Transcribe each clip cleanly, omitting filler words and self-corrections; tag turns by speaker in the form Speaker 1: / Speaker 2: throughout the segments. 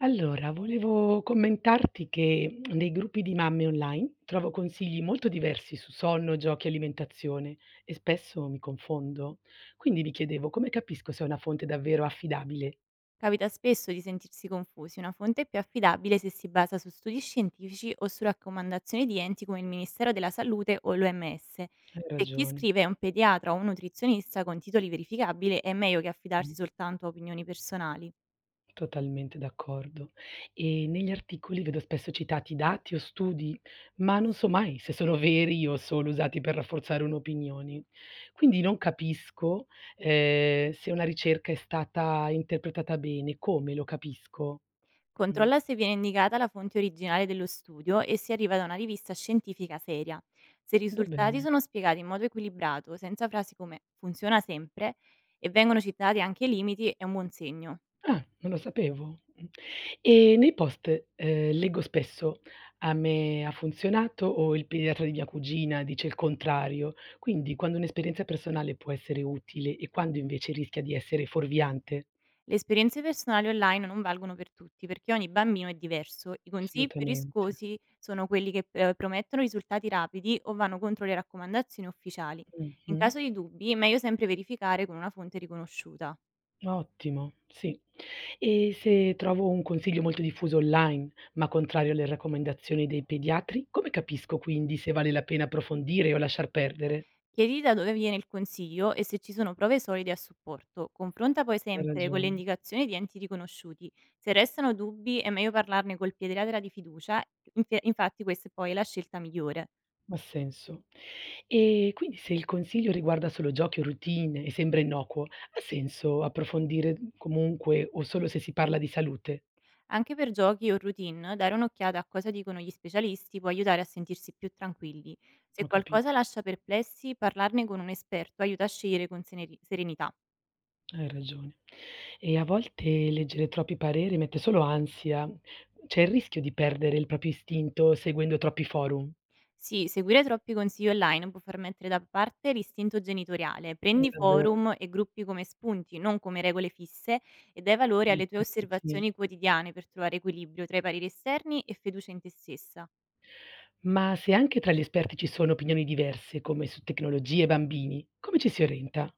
Speaker 1: Allora, volevo commentarti che nei gruppi di mamme online trovo consigli molto diversi su sonno, giochi, alimentazione e spesso mi confondo. Quindi mi chiedevo come capisco se è una fonte davvero affidabile.
Speaker 2: Capita spesso di sentirsi confusi, una fonte è più affidabile se si basa su studi scientifici o su raccomandazioni di enti come il Ministero della Salute o l'OMS.
Speaker 1: Hai
Speaker 2: Se chi
Speaker 1: ragione.
Speaker 2: scrive è un pediatra o un nutrizionista con titoli verificabili è meglio che affidarsi soltanto a opinioni personali.
Speaker 1: Totalmente d'accordo. E negli articoli vedo spesso citati dati o studi, ma non so mai se sono veri o solo usati per rafforzare un'opinione. Quindi non capisco, se una ricerca è stata interpretata bene, come lo capisco? Mh,
Speaker 2: Controlla se viene indicata la fonte originale dello studio e se arriva da una rivista scientifica seria. Se i
Speaker 1: va
Speaker 2: risultati
Speaker 1: bene.
Speaker 2: sono spiegati in modo equilibrato, senza frasi come funziona sempre, e vengono citati anche i limiti, è un buon segno.
Speaker 1: Ah, non lo sapevo. Mh. E nei post, leggo spesso: "A me ha funzionato" o "Il pediatra di mia cugina dice il contrario". Quindi quando un'esperienza personale può essere utile e quando invece rischia di essere fuorviante?
Speaker 2: Le esperienze personali online non valgono per tutti, perché ogni bambino è diverso. I consigli più
Speaker 1: Assolutamente.
Speaker 2: riscosi sono quelli che promettono risultati rapidi o vanno contro le raccomandazioni ufficiali. In
Speaker 1: Mh-mh.
Speaker 2: caso di dubbi, è meglio sempre verificare con una fonte riconosciuta.
Speaker 1: Ottimo, sì. E se trovo un consiglio molto diffuso online, ma contrario alle raccomandazioni dei pediatri, come capisco quindi se vale la pena approfondire o lasciar perdere?
Speaker 2: Chiedi da dove viene il consiglio e se ci sono prove solide a supporto. Confronta poi
Speaker 1: Hai
Speaker 2: sempre con le
Speaker 1: ragione.
Speaker 2: indicazioni di enti riconosciuti. Se restano dubbi, è meglio parlarne col pediatra di fiducia. Infatti, questa è poi la scelta migliore.
Speaker 1: Ha senso. E quindi se il consiglio riguarda solo giochi o routine e sembra innocuo, ha senso approfondire comunque o solo se si parla di salute?
Speaker 2: Anche per giochi o routine, dare un'occhiata a cosa dicono gli specialisti può aiutare a sentirsi più tranquilli. Se
Speaker 1: Ho
Speaker 2: qualcosa
Speaker 1: capito,
Speaker 2: lascia perplessi, parlarne con un esperto aiuta a scegliere con serenità.
Speaker 1: hai ragione. E a volte leggere troppi pareri mette solo ansia. C'è il rischio di perdere il proprio istinto seguendo troppi forum.
Speaker 2: Sì, seguire troppi consigli online può far mettere da parte l'istinto genitoriale. Prendi
Speaker 1: Davvero,
Speaker 2: forum e gruppi come spunti, non come regole fisse, e dai valore
Speaker 1: in
Speaker 2: alle tue
Speaker 1: effetti sì.
Speaker 2: osservazioni quotidiane per trovare equilibrio tra i pareri esterni e fiducia in te stessa.
Speaker 1: Ma se anche tra gli esperti ci sono opinioni diverse, come su tecnologie e bambini, come ci si orienta?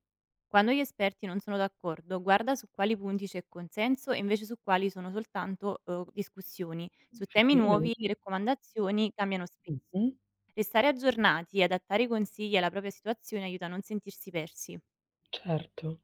Speaker 2: Quando gli esperti non sono d'accordo, guarda su quali punti c'è consenso e invece su quali sono soltanto discussioni. Su temi nuovi
Speaker 1: Effettivamente.
Speaker 2: le raccomandazioni cambiano spesso.
Speaker 1: Mh-mh.
Speaker 2: Restare aggiornati e adattare i consigli alla propria situazione aiuta a non sentirsi persi.
Speaker 1: Certo.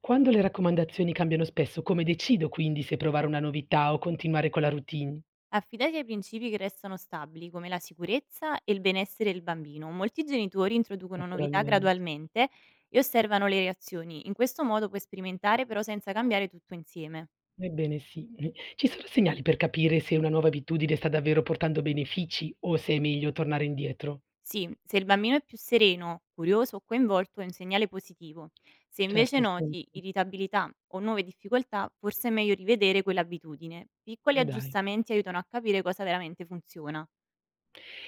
Speaker 1: Quando le raccomandazioni cambiano spesso, come decido quindi se provare una novità o continuare con la routine?
Speaker 2: Affidati ai principi che restano stabili, come la sicurezza e il benessere del bambino. Molti genitori introducono novità
Speaker 1: Naturalmente.
Speaker 2: gradualmente e osservano le reazioni. In questo modo puoi sperimentare però senza cambiare tutto insieme.
Speaker 1: Ebbene sì. Ci sono segnali per capire se una nuova abitudine sta davvero portando benefici o se è meglio tornare indietro?
Speaker 2: Sì, se il bambino è più sereno, curioso o coinvolto è un segnale positivo. Se
Speaker 1: Certo,
Speaker 2: invece
Speaker 1: ha
Speaker 2: noti
Speaker 1: senso.
Speaker 2: irritabilità o nuove difficoltà, forse è meglio rivedere quell'abitudine. Piccoli
Speaker 1: Dai.
Speaker 2: aggiustamenti aiutano a capire cosa veramente funziona.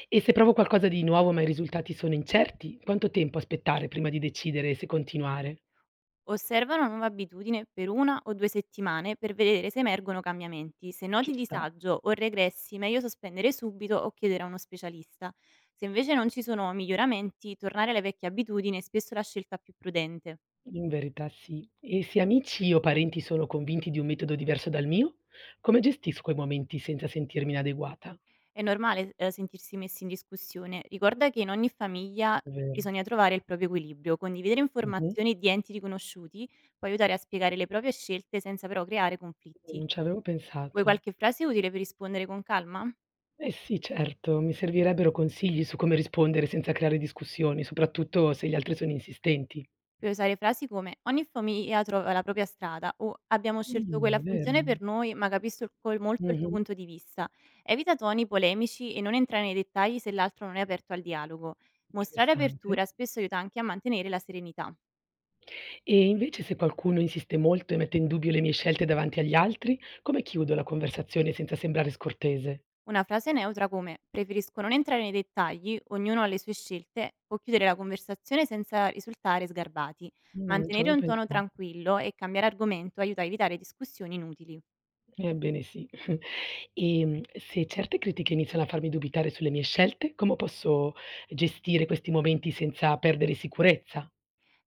Speaker 1: E se provo qualcosa di nuovo ma i risultati sono incerti, quanto tempo aspettare prima di decidere se continuare?
Speaker 2: Osserva una nuova abitudine per una o due settimane per vedere se emergono cambiamenti. Se
Speaker 1: Ci
Speaker 2: noti
Speaker 1: sta.
Speaker 2: disagio o regressi, meglio sospendere subito o chiedere a uno specialista. Se invece non ci sono miglioramenti, tornare alle vecchie abitudini è spesso la scelta più prudente.
Speaker 1: In verità sì. E se amici o parenti sono convinti di un metodo diverso dal mio, come gestisco quei momenti senza sentirmi inadeguata?
Speaker 2: È normale, sentirsi messi in discussione. Ricorda che in ogni famiglia
Speaker 1: Vero.
Speaker 2: bisogna trovare il proprio equilibrio. Condividere
Speaker 1: Mh-mh.
Speaker 2: informazioni di enti riconosciuti può aiutare a spiegare le proprie scelte senza però creare conflitti.
Speaker 1: Non ci avevo
Speaker 2: Vuoi
Speaker 1: pensato.
Speaker 2: qualche frase utile per rispondere con calma?
Speaker 1: Eh sì, certo, mi servirebbero consigli su come rispondere senza creare discussioni, soprattutto se gli altri sono insistenti.
Speaker 2: Puoi usare frasi come ogni famiglia trova la propria strada o abbiamo scelto quella
Speaker 1: Vero.
Speaker 2: funzione per noi ma capisco il col molto il tuo
Speaker 1: Mh-mh.
Speaker 2: punto di vista. Evita toni polemici e non entrare nei dettagli se l'altro non è aperto al dialogo. Mostrare
Speaker 1: Interessante.
Speaker 2: apertura spesso aiuta anche a mantenere la serenità.
Speaker 1: E invece se qualcuno insiste molto e mette in dubbio le mie scelte davanti agli altri, come chiudo la conversazione senza sembrare scortese?
Speaker 2: Una frase neutra come preferisco non entrare nei dettagli, ognuno ha le sue scelte, può chiudere la conversazione senza risultare sgarbati.
Speaker 1: Non ci
Speaker 2: Mantenere
Speaker 1: avevo
Speaker 2: un tono
Speaker 1: pensa.
Speaker 2: tranquillo e cambiare argomento aiuta a evitare discussioni inutili.
Speaker 1: Ebbene sì. Se certe critiche iniziano a farmi dubitare sulle mie scelte, come posso gestire questi momenti senza perdere sicurezza?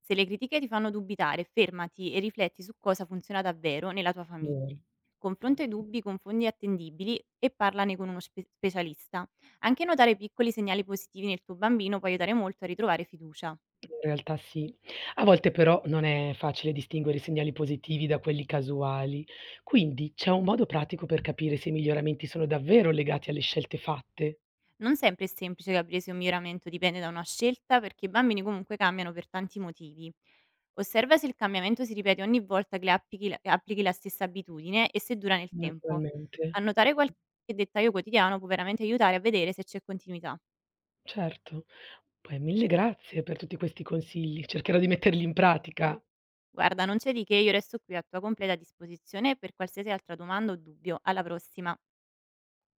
Speaker 2: Se le critiche ti fanno dubitare, fermati e rifletti su cosa funziona davvero nella tua famiglia.
Speaker 1: Vero.
Speaker 2: Confronta i dubbi con fondi attendibili e parlane con uno specialista. Anche notare piccoli segnali positivi nel tuo bambino può aiutare molto a ritrovare fiducia.
Speaker 1: In realtà sì. A volte però non è facile distinguere i segnali positivi da quelli casuali. Quindi c'è un modo pratico per capire se i miglioramenti sono davvero legati alle scelte fatte?
Speaker 2: Non sempre è semplice capire se un miglioramento dipende da una scelta, perché i bambini comunque cambiano per tanti motivi. Osserva se il cambiamento si ripete ogni volta che applichi la stessa abitudine e se dura nel tempo.
Speaker 1: Naturalmente.
Speaker 2: Annotare qualche dettaglio quotidiano può veramente aiutare a vedere se c'è continuità.
Speaker 1: Certo. Poi mille grazie per tutti questi consigli. Cercherò di metterli in pratica.
Speaker 2: Guarda, non c'è di che, io resto qui a tua completa disposizione per qualsiasi altra domanda o dubbio. Alla prossima!